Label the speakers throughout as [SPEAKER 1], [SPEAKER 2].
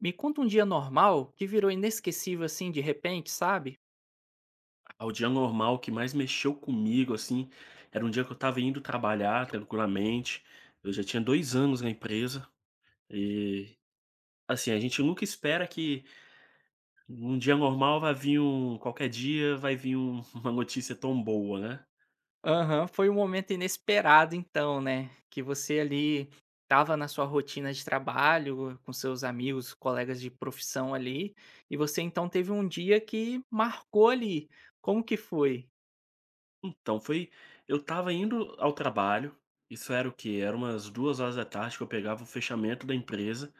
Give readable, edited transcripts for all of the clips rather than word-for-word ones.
[SPEAKER 1] Me conta um dia normal que virou inesquecível assim de repente, sabe?
[SPEAKER 2] Ao dia normal o que mais mexeu comigo, assim, era um dia que eu estava indo trabalhar tranquilamente. Eu já tinha 2 anos na empresa e, assim, a gente nunca espera que num dia normal vai vir um qualquer dia vai vir um uma notícia tão boa, né.
[SPEAKER 1] Aham, foi um momento inesperado então, né? Que você ali estava na sua rotina de trabalho, com seus amigos, colegas de profissão ali, e você então teve um dia que marcou ali. Como que foi?
[SPEAKER 2] Então foi eu estava indo ao trabalho, isso era o quê? Era umas duas horas da tarde que eu pegava o fechamento da empresa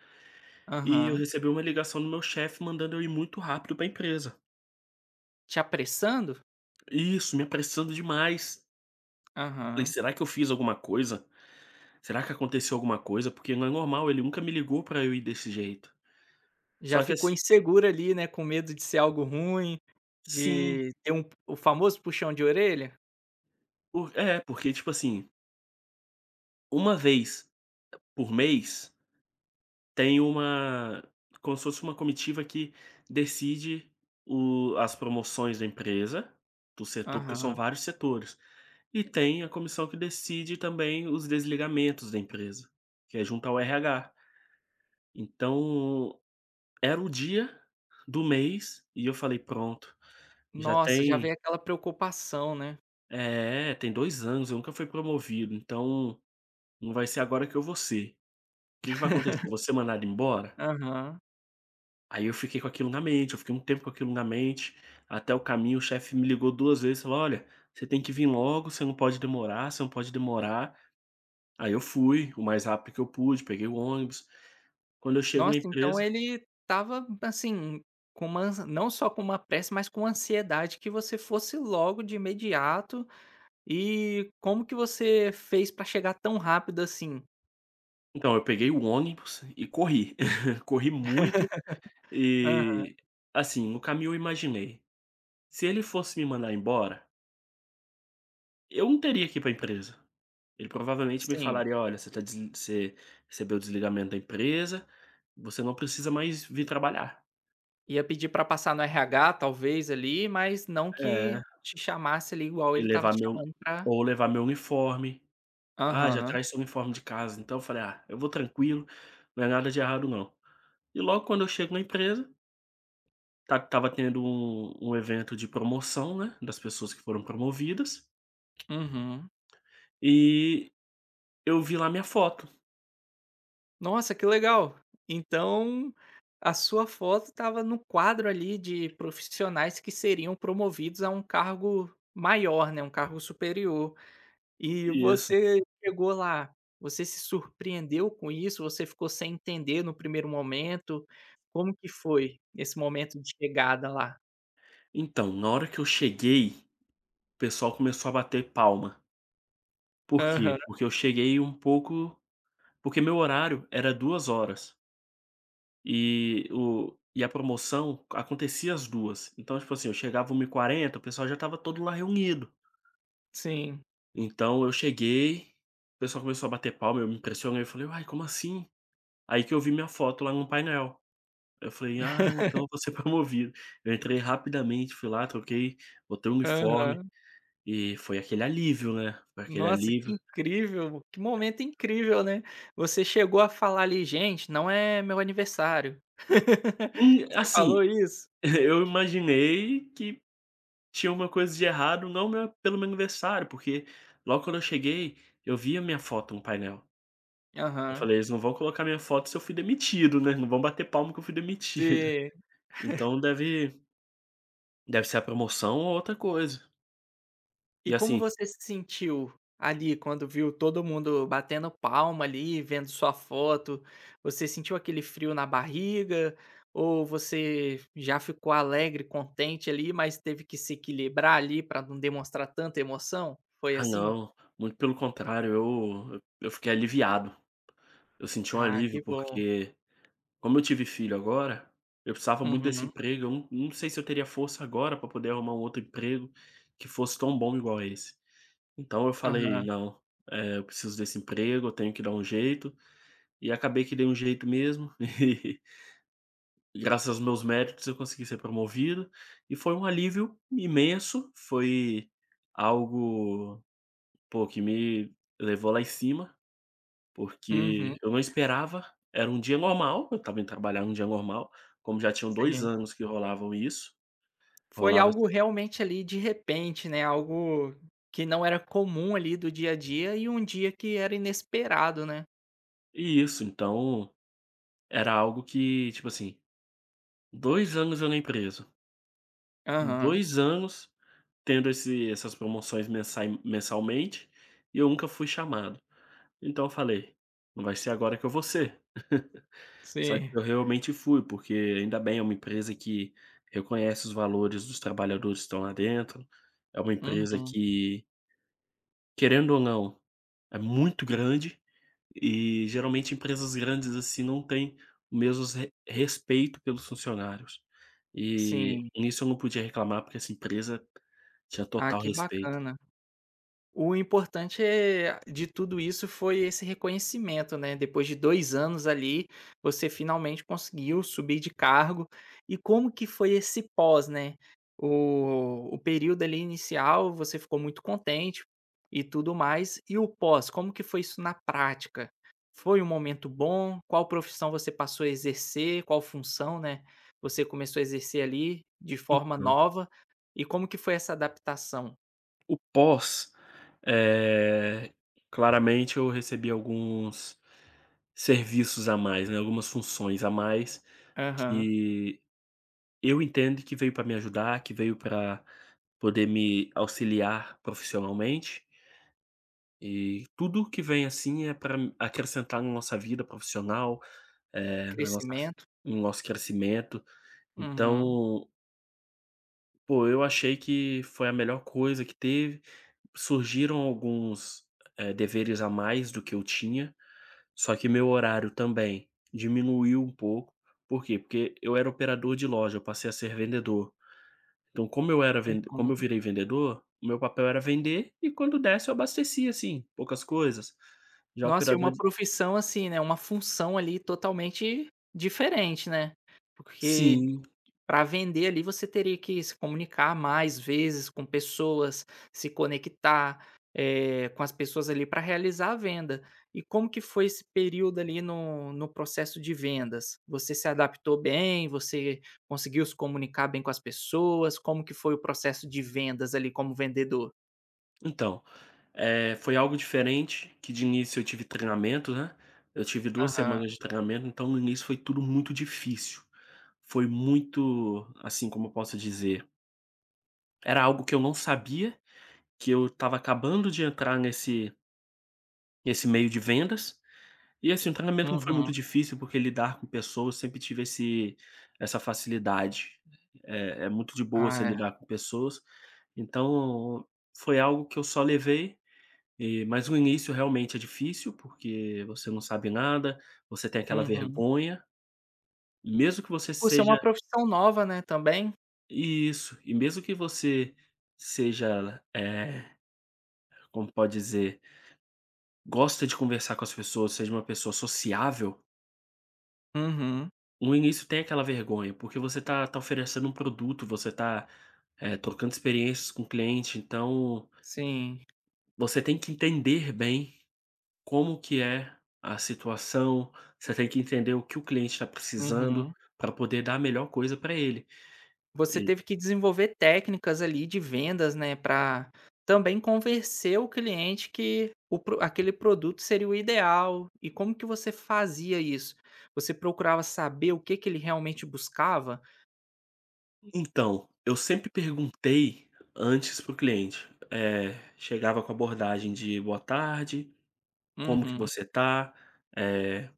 [SPEAKER 2] e eu
[SPEAKER 1] Aham.
[SPEAKER 2] recebi uma ligação do meu chefe mandando eu ir muito rápido para empresa.
[SPEAKER 1] Te apressando?
[SPEAKER 2] Isso, me apressando demais. Falei:
[SPEAKER 1] Aham.
[SPEAKER 2] "Será que eu fiz alguma coisa? Será que aconteceu alguma coisa? Porque não é normal, ele nunca me ligou pra eu ir desse jeito".
[SPEAKER 1] Já
[SPEAKER 2] Só que
[SPEAKER 1] ficou
[SPEAKER 2] assim
[SPEAKER 1] insegura ali, né? Com medo de ser algo ruim,
[SPEAKER 2] sim,
[SPEAKER 1] de ter um, o famoso puxão de orelha?
[SPEAKER 2] por é, porque, tipo assim, uma vez por mês tem uma como se fosse uma comitiva que decide o as promoções da empresa, do setor, porque são
[SPEAKER 1] Aham.
[SPEAKER 2] vários setores. E tem a comissão que decide também os desligamentos da empresa, que é junto ao RH. Então era o dia do mês e eu falei: "Pronto, já
[SPEAKER 1] Nossa, já
[SPEAKER 2] tem"
[SPEAKER 1] veio aquela preocupação, né?
[SPEAKER 2] é, tem 2 anos, eu nunca fui promovido, então não vai ser agora que eu vou ser. O que que vai acontecer? Eu vou ser mandado embora?
[SPEAKER 1] Aham.
[SPEAKER 2] Aí eu fiquei com aquilo na mente, eu fiquei um tempo com aquilo na mente, até o caminho o chefe me ligou 2 vezes, falou: "Olha, você tem que vir logo, você não pode demorar, você não pode demorar". Aí eu fui o mais rápido que eu pude, peguei o ônibus. Quando eu chego na
[SPEAKER 1] Nossa, então
[SPEAKER 2] empresa
[SPEAKER 1] ele estava, assim, com uma ansi não só com uma pressa, mas com ansiedade que você fosse logo de imediato. E como que você fez pra chegar tão rápido assim?
[SPEAKER 2] então, eu peguei o ônibus e corri. Corri muito
[SPEAKER 1] Aham,
[SPEAKER 2] e, assim, no caminho eu imaginei, se ele fosse me mandar embora, eu não teria que ir para a empresa. Ele provavelmente me
[SPEAKER 1] sim.
[SPEAKER 2] falaria: "Olha, você tá desli você recebeu o desligamento da empresa, você não precisa mais vir trabalhar".
[SPEAKER 1] Ia pedir pra passar no RH talvez ali, mas não que
[SPEAKER 2] É,
[SPEAKER 1] te chamasse ali igual
[SPEAKER 2] e
[SPEAKER 1] ele estava
[SPEAKER 2] levar
[SPEAKER 1] te
[SPEAKER 2] meu
[SPEAKER 1] chamando pra
[SPEAKER 2] ou levar meu uniforme. "Ah, já
[SPEAKER 1] aham,
[SPEAKER 2] traz seu uniforme de casa", então eu falei: "Ah, eu vou tranquilo, não é nada de errado não". E logo quando eu chego na empresa, ta estava tendo um evento de promoção, né, das pessoas que foram promovidas,
[SPEAKER 1] uhum.
[SPEAKER 2] e eu vi lá minha foto.
[SPEAKER 1] Nossa, que legal. Então, a sua foto estava no quadro ali de profissionais que seriam promovidos a um cargo maior, né, um cargo superior. E
[SPEAKER 2] Isso.
[SPEAKER 1] você chegou lá, você se surpreendeu com isso? Você ficou sem entender no primeiro momento? Como que foi esse momento de chegada lá?
[SPEAKER 2] Então, na hora que eu cheguei, o pessoal começou a bater palma. Por
[SPEAKER 1] Aham,
[SPEAKER 2] quê? Porque eu cheguei um pouco porque meu horário era 2 horas e o e a promoção acontecia às 2. Então, tipo assim, eu chegava 13h40, o pessoal já estava todo lá reunido.
[SPEAKER 1] sim.
[SPEAKER 2] Então eu cheguei, o pessoal começou a bater palma, eu me impressionei, eu falei: "Uai, como assim?". Aí que eu vi minha foto lá no painel. Eu falei: "Ah, então eu vou ser promovido". Eu entrei rapidamente, fui lá, troquei, botei o uniforme
[SPEAKER 1] Aham.
[SPEAKER 2] e foi aquele alívio, né, foi aquele
[SPEAKER 1] Nossa, que
[SPEAKER 2] alívio.
[SPEAKER 1] incrível, que momento incrível, né. Você chegou a falar ali: "Gente, não é meu aniversário". Você
[SPEAKER 2] Assim,
[SPEAKER 1] falou isso?
[SPEAKER 2] eu imaginei que tinha uma coisa de errado, não meu pelo meu aniversário, porque logo quando eu cheguei, eu vi a minha foto no painel. Eu
[SPEAKER 1] Aham.
[SPEAKER 2] falei: "Eles não vão colocar minha foto se eu fui demitido, né, não vão bater palma que eu fui demitido".
[SPEAKER 1] Sim.
[SPEAKER 2] Então deve deve ser a promoção ou outra coisa.
[SPEAKER 1] E
[SPEAKER 2] E
[SPEAKER 1] como
[SPEAKER 2] assim
[SPEAKER 1] você se sentiu ali quando viu todo mundo batendo palma ali, vendo sua foto? Você sentiu aquele frio na barriga ou você já ficou alegre, contente ali, mas teve que se equilibrar ali para não demonstrar tanta emoção? Foi
[SPEAKER 2] ah
[SPEAKER 1] assim?
[SPEAKER 2] não, muito pelo contrário, eu fiquei aliviado. Eu senti um
[SPEAKER 1] Ah, que
[SPEAKER 2] alívio,
[SPEAKER 1] bom.
[SPEAKER 2] porque como eu tive filho agora, eu precisava muito desse
[SPEAKER 1] Uhum.
[SPEAKER 2] emprego, eu não sei se eu teria força agora para poder arrumar um outro emprego que fosse tão bom igual esse. Então eu falei:
[SPEAKER 1] Aham.
[SPEAKER 2] "Não, eu preciso desse emprego, eu tenho que dar um jeito", e acabei que dei um jeito mesmo, e graças aos meus méritos eu consegui ser promovido, e foi um alívio imenso, foi algo, pô, que me levou lá em cima.
[SPEAKER 1] Uhum,
[SPEAKER 2] Porque eu não esperava, era um dia normal, eu estava indo trabalhar num dia normal, como já tinham 2
[SPEAKER 1] sim.
[SPEAKER 2] anos que rolavam isso,
[SPEAKER 1] Foi
[SPEAKER 2] rolava
[SPEAKER 1] algo realmente ali de repente, né, algo que não era comum ali do dia a dia e um dia que era inesperado, né.
[SPEAKER 2] isso, então era algo que, tipo assim, 2 anos eu na empresa,
[SPEAKER 1] Aham,
[SPEAKER 2] 2 anos tendo esse essas promoções mensai mensalmente, e eu nunca fui chamado. Então eu falei: "Não vai ser agora que eu vou ser". Só que
[SPEAKER 1] sim.
[SPEAKER 2] eu realmente fui, porque ainda bem, é uma empresa que reconhece os valores dos trabalhadores que estão lá dentro, é uma empresa
[SPEAKER 1] Uhum,
[SPEAKER 2] que, querendo ou não, é muito grande e geralmente empresas grandes assim não têm o mesmo re- respeito pelos funcionários. E
[SPEAKER 1] sim.
[SPEAKER 2] nisso eu não podia reclamar, porque essa empresa tinha
[SPEAKER 1] Ah,
[SPEAKER 2] total
[SPEAKER 1] que
[SPEAKER 2] respeito.
[SPEAKER 1] bacana. O importante é de tudo isso foi esse reconhecimento, né, depois de 2 anos ali, você finalmente conseguiu subir de cargo. E como que foi esse pós, né? O período ali inicial você ficou muito contente e tudo mais, e o pós, como que foi isso na prática? Foi um momento bom? Qual profissão você passou a exercer? Qual função, né, você começou a exercer ali de forma
[SPEAKER 2] Então,
[SPEAKER 1] nova? E como que foi essa adaptação?
[SPEAKER 2] o pós, eh, claramente eu recebi alguns serviços a mais, né, algumas funções a mais,
[SPEAKER 1] Aham.
[SPEAKER 2] que eu entendo que veio para me ajudar, que veio para poder me auxiliar profissionalmente, e tudo que vem, assim, é para acrescentar na nossa vida profissional, na nossa
[SPEAKER 1] Crescimento.
[SPEAKER 2] no nosso crescimento.
[SPEAKER 1] Uhum,
[SPEAKER 2] Então, pô, eu achei que foi a melhor coisa que teve surgiram alguns, deveres a mais do que eu tinha, só que meu horário também diminuiu um pouco. Por quê? Porque eu era operador de loja, eu passei a ser vendedor. Então como eu era vende como eu
[SPEAKER 1] uhum.
[SPEAKER 2] virei vendedor, o meu papel era vender e quando desse eu abastecia, assim, poucas coisas. Já
[SPEAKER 1] Nossa, e
[SPEAKER 2] operador
[SPEAKER 1] uma
[SPEAKER 2] de
[SPEAKER 1] profissão assim, né, uma função ali totalmente diferente, né, porque
[SPEAKER 2] sim.
[SPEAKER 1] para vender ali você teria que se comunicar mais vezes com pessoas, se conectar, eh, com as pessoas ali para realizar a venda. E como que foi esse período ali no processo de vendas? Você se adaptou bem? Você conseguiu se comunicar bem com as pessoas? Como que foi o processo de vendas ali como vendedor?
[SPEAKER 2] Então, foi algo diferente, que de início eu tive treinamento, né, eu tive duas
[SPEAKER 1] Aham,
[SPEAKER 2] semanas de treinamento, então no início foi tudo muito difícil. Foi muito, assim, como eu posso dizer, era algo que eu não sabia, que eu estava acabando de entrar nesse meio de vendas, e assim, o treinamento não foi muito
[SPEAKER 1] uhum.
[SPEAKER 2] difícil, porque lidar com pessoas eu sempre tive esse essa facilidade. É é muito de boa você
[SPEAKER 1] Ah, é.
[SPEAKER 2] lidar com pessoas, então foi algo que eu só levei e mas o início realmente é difícil, porque você não sabe nada, você tem aquela
[SPEAKER 1] Uhum.
[SPEAKER 2] vergonha, mesmo que você
[SPEAKER 1] Por ser uma
[SPEAKER 2] seja
[SPEAKER 1] profissão nova, né, também.
[SPEAKER 2] isso, e mesmo que você seja, como pode dizer, gosta de conversar com as pessoas, seja uma pessoa sociável,
[SPEAKER 1] Uhum.
[SPEAKER 2] no início tem aquela vergonha, porque você tá oferecendo um produto, você tá, trocando experiências com o cliente, então
[SPEAKER 1] Sim.
[SPEAKER 2] você tem que entender bem como que é a situação, você tem que entender o que o cliente está precisando
[SPEAKER 1] Uhum.
[SPEAKER 2] para poder dar a melhor coisa para ele.
[SPEAKER 1] Você
[SPEAKER 2] E
[SPEAKER 1] teve que desenvolver técnicas ali de vendas, né, pra também convencer o cliente que o pro aquele produto seria o ideal. E como que você fazia isso? Você procurava saber o que que ele realmente buscava?
[SPEAKER 2] então, eu sempre perguntei antes para o cliente. Chegava com a abordagem de boa tarde, como que
[SPEAKER 1] Uhum.
[SPEAKER 2] você está, eh,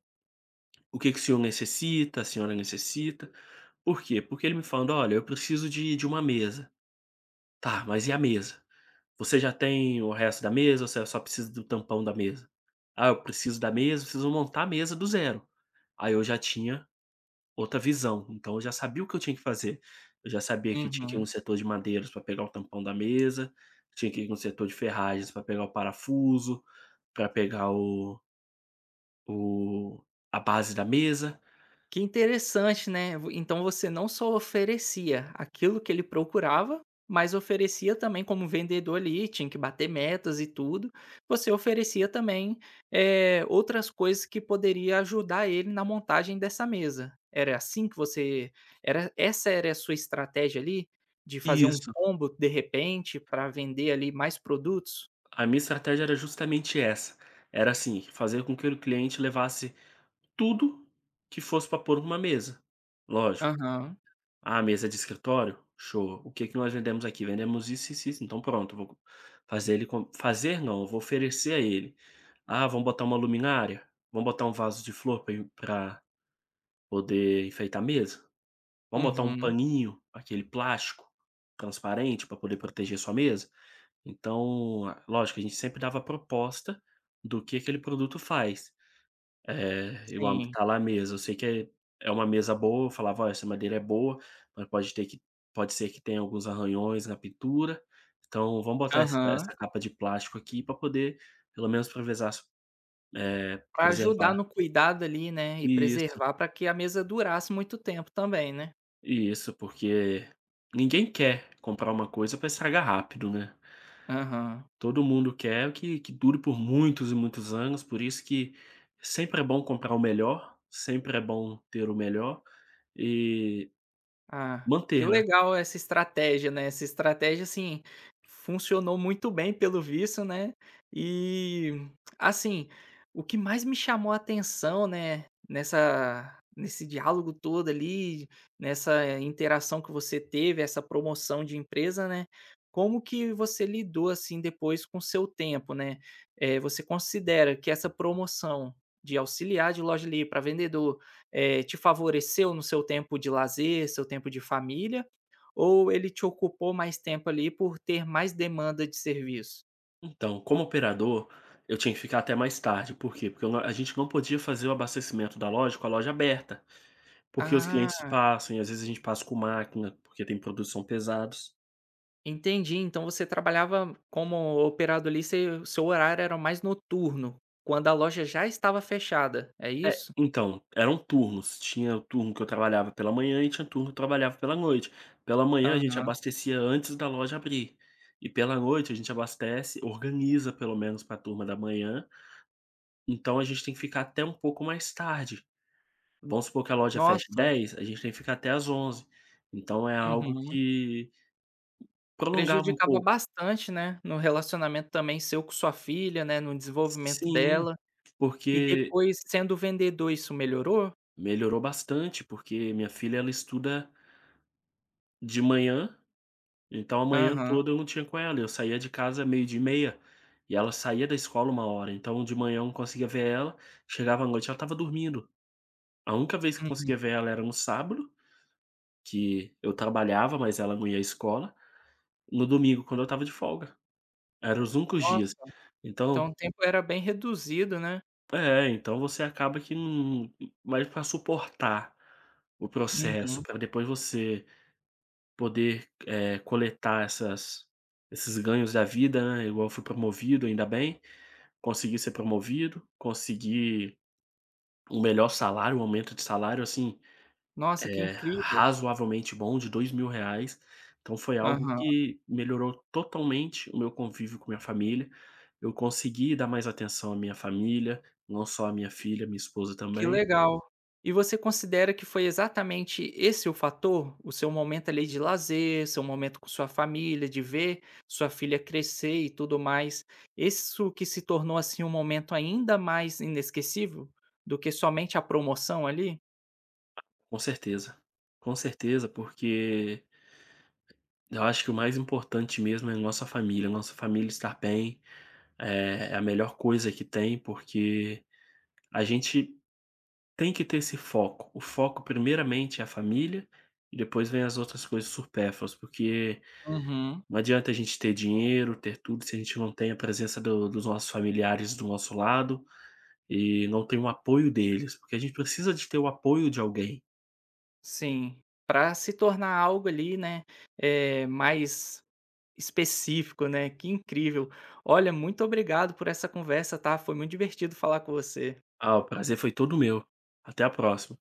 [SPEAKER 2] o que que o senhor necessita, a senhora necessita. Por quê? Porque ele me falando, olha, eu preciso de uma mesa. Tá, mas e a mesa? Você já tem o resto da mesa ou você só precisa do tampão da mesa? "Ah, eu preciso da mesa, preciso montar a mesa do zero". Aí eu já tinha outra visão, então eu já sabia o que eu tinha que fazer. Eu já sabia que tinha que ir
[SPEAKER 1] Uhum.
[SPEAKER 2] no setor de madeiras para pegar o tampão da mesa, tinha que ir no setor de ferragens para pegar o parafuso, para pegar o a base da mesa.
[SPEAKER 1] Que interessante, né. Vo Então você não só oferecia aquilo que ele procurava, mas oferecia também como vendedor ali, tinha que bater metas e tudo, você oferecia também, eh, outras coisas que poderia ajudar ele na montagem dessa mesa. Era assim que você era a sua estratégia ali? De fazer um
[SPEAKER 2] Isso,
[SPEAKER 1] combo de repente para vender ali mais produtos?
[SPEAKER 2] a minha estratégia era justamente essa, era assim, fazer com que o cliente levasse tudo que fosse para pôr numa mesa, lógico.
[SPEAKER 1] Aham.
[SPEAKER 2] "Ah, mesa de escritório? Show. O que que nós vendemos aqui? Vendemos isso, isso, isso. Então pronto, eu vou fazer ele com" fazer não, eu vou oferecer a ele. "Ah, vamos botar uma luminária? Vamos botar um vaso de flor para poder enfeitar a mesa? Vamos botar um
[SPEAKER 1] Uhum.
[SPEAKER 2] paninho, aquele plástico transparente para poder proteger sua mesa?" Então, a- lógico, a gente sempre dava a proposta do que aquele produto faz. É, eu amo
[SPEAKER 1] Sim.
[SPEAKER 2] estar lá à mesa, eu sei que é é uma mesa boa, eu falava: "Ó, essa madeira é boa, mas pode ter que pode ser que tenha alguns arranhões na pintura, então vamos botar essa
[SPEAKER 1] Aham.
[SPEAKER 2] essa capa de plástico aqui para poder, pelo menos prevezar
[SPEAKER 1] Pra ajudar
[SPEAKER 2] preservar".
[SPEAKER 1] no cuidado ali, né, e
[SPEAKER 2] Isso,
[SPEAKER 1] preservar para que a mesa durasse muito tempo também, né.
[SPEAKER 2] isso, porque ninguém quer comprar uma coisa para estragar rápido, né.
[SPEAKER 1] Aham.
[SPEAKER 2] Todo mundo quer que dure por muitos e muitos anos, por isso que sempre é bom comprar o melhor, sempre é bom ter o melhor, e
[SPEAKER 1] Ah, que
[SPEAKER 2] manter, né.
[SPEAKER 1] legal essa estratégia, né, essa estratégia, assim, funcionou muito bem pelo visto, né, e, assim, o que mais me chamou a atenção, né, nessa nesse diálogo todo ali, nessa eh, interação que você teve, essa promoção de empresa, né, como que você lidou, assim, depois com o seu tempo, né, eh, você considera que essa promoção de auxiliar de loja ali para vendedor eh, te favoreceu no seu tempo de lazer, seu tempo de família, ou ele te ocupou mais tempo ali por ter mais demanda de serviço?
[SPEAKER 2] Então, como operador, eu tinha que ficar até mais tarde, por quê? Porque eu não a gente não podia fazer o abastecimento da loja com a loja aberta, porque os clientes
[SPEAKER 1] Ah,
[SPEAKER 2] passam e às vezes a gente passa com máquina, porque tem produtos que são pesados.
[SPEAKER 1] entendi. Então você trabalhava como operador ali, seu horário era mais noturno, quando a loja já estava fechada, é
[SPEAKER 2] É,
[SPEAKER 1] isso?
[SPEAKER 2] então, eram turnos, tinha o turno que eu trabalhava pela manhã e tinha turno que eu trabalhava pela noite. Pela manhã a gente
[SPEAKER 1] Aham.
[SPEAKER 2] abastecia antes da loja abrir, e pela noite a gente abastece, organiza pelo menos para a turma da manhã, então a gente tem que ficar até um pouco mais tarde. Vamos supor que a loja feche
[SPEAKER 1] Nossa,
[SPEAKER 2] dez, a gente tem que ficar até às onze. Então é algo
[SPEAKER 1] uhum.
[SPEAKER 2] que prolongava um
[SPEAKER 1] Prejudicava
[SPEAKER 2] pouco.
[SPEAKER 1] bastante, né, no relacionamento também seu com sua filha, né, no desenvolvimento
[SPEAKER 2] Sim,
[SPEAKER 1] dela. E
[SPEAKER 2] porque
[SPEAKER 1] depois sendo vendedor isso melhorou?
[SPEAKER 2] melhorou bastante, porque minha filha ela estuda de manhã, então a manhã
[SPEAKER 1] Aham,
[SPEAKER 2] toda eu não tinha com ela, eu saía de casa meio-dia e meia, e ela saía da escola uma hora. Então de manhã eu não conseguia ver ela, chegava à noite ela estava dormindo. A única vez que eu
[SPEAKER 1] uhum.
[SPEAKER 2] conseguia ver ela era no sábado, que eu trabalhava, mas ela não ia à escola, no domingo quando eu estava de folga. Eram os únicos dias.
[SPEAKER 1] Nossa, então o
[SPEAKER 2] Então
[SPEAKER 1] tempo era bem reduzido, né.
[SPEAKER 2] é, então você acaba que não mas para suportar o processo,
[SPEAKER 1] Uhum.
[SPEAKER 2] para depois você poder, coletar essas esses ganhos da vida, né, igual eu fui promovido, ainda bem, consegui ser promovido, consegui um melhor salário, um aumento de salário, assim
[SPEAKER 1] Nossa, que incrível.
[SPEAKER 2] razoavelmente bom de 2.000 reais, então foi algo
[SPEAKER 1] Aham,
[SPEAKER 2] que melhorou totalmente o meu convívio com minha família. Eu consegui dar mais atenção à minha família, não só à minha filha, minha esposa
[SPEAKER 1] que
[SPEAKER 2] também.
[SPEAKER 1] legal. E você considera que foi exatamente esse o fator? O seu momento ali de lazer, seu momento com sua família, de ver sua filha crescer e tudo mais, isso que se tornou, assim, um momento ainda mais inesquecível do que somente a promoção ali?
[SPEAKER 2] Com certeza, com certeza, porque eu acho que o mais importante mesmo é nossa família estar bem, é a melhor coisa que tem, porque a gente tem que ter esse foco. O foco primeiramente é a família e depois vem as outras coisas supérfluas, porque
[SPEAKER 1] Uhum,
[SPEAKER 2] não adianta a gente ter dinheiro, ter tudo, se a gente não tem a presença do dos nossos familiares do nosso lado e não tem o apoio deles, porque a gente precisa de ter o apoio de alguém.
[SPEAKER 1] sim. Para se tornar algo ali, né, eh, mais específico, né, que incrível. Olha, muito obrigado por essa conversa, tá, foi muito divertido falar com você.
[SPEAKER 2] "Ah, o prazer foi todo meu. Até a próxima."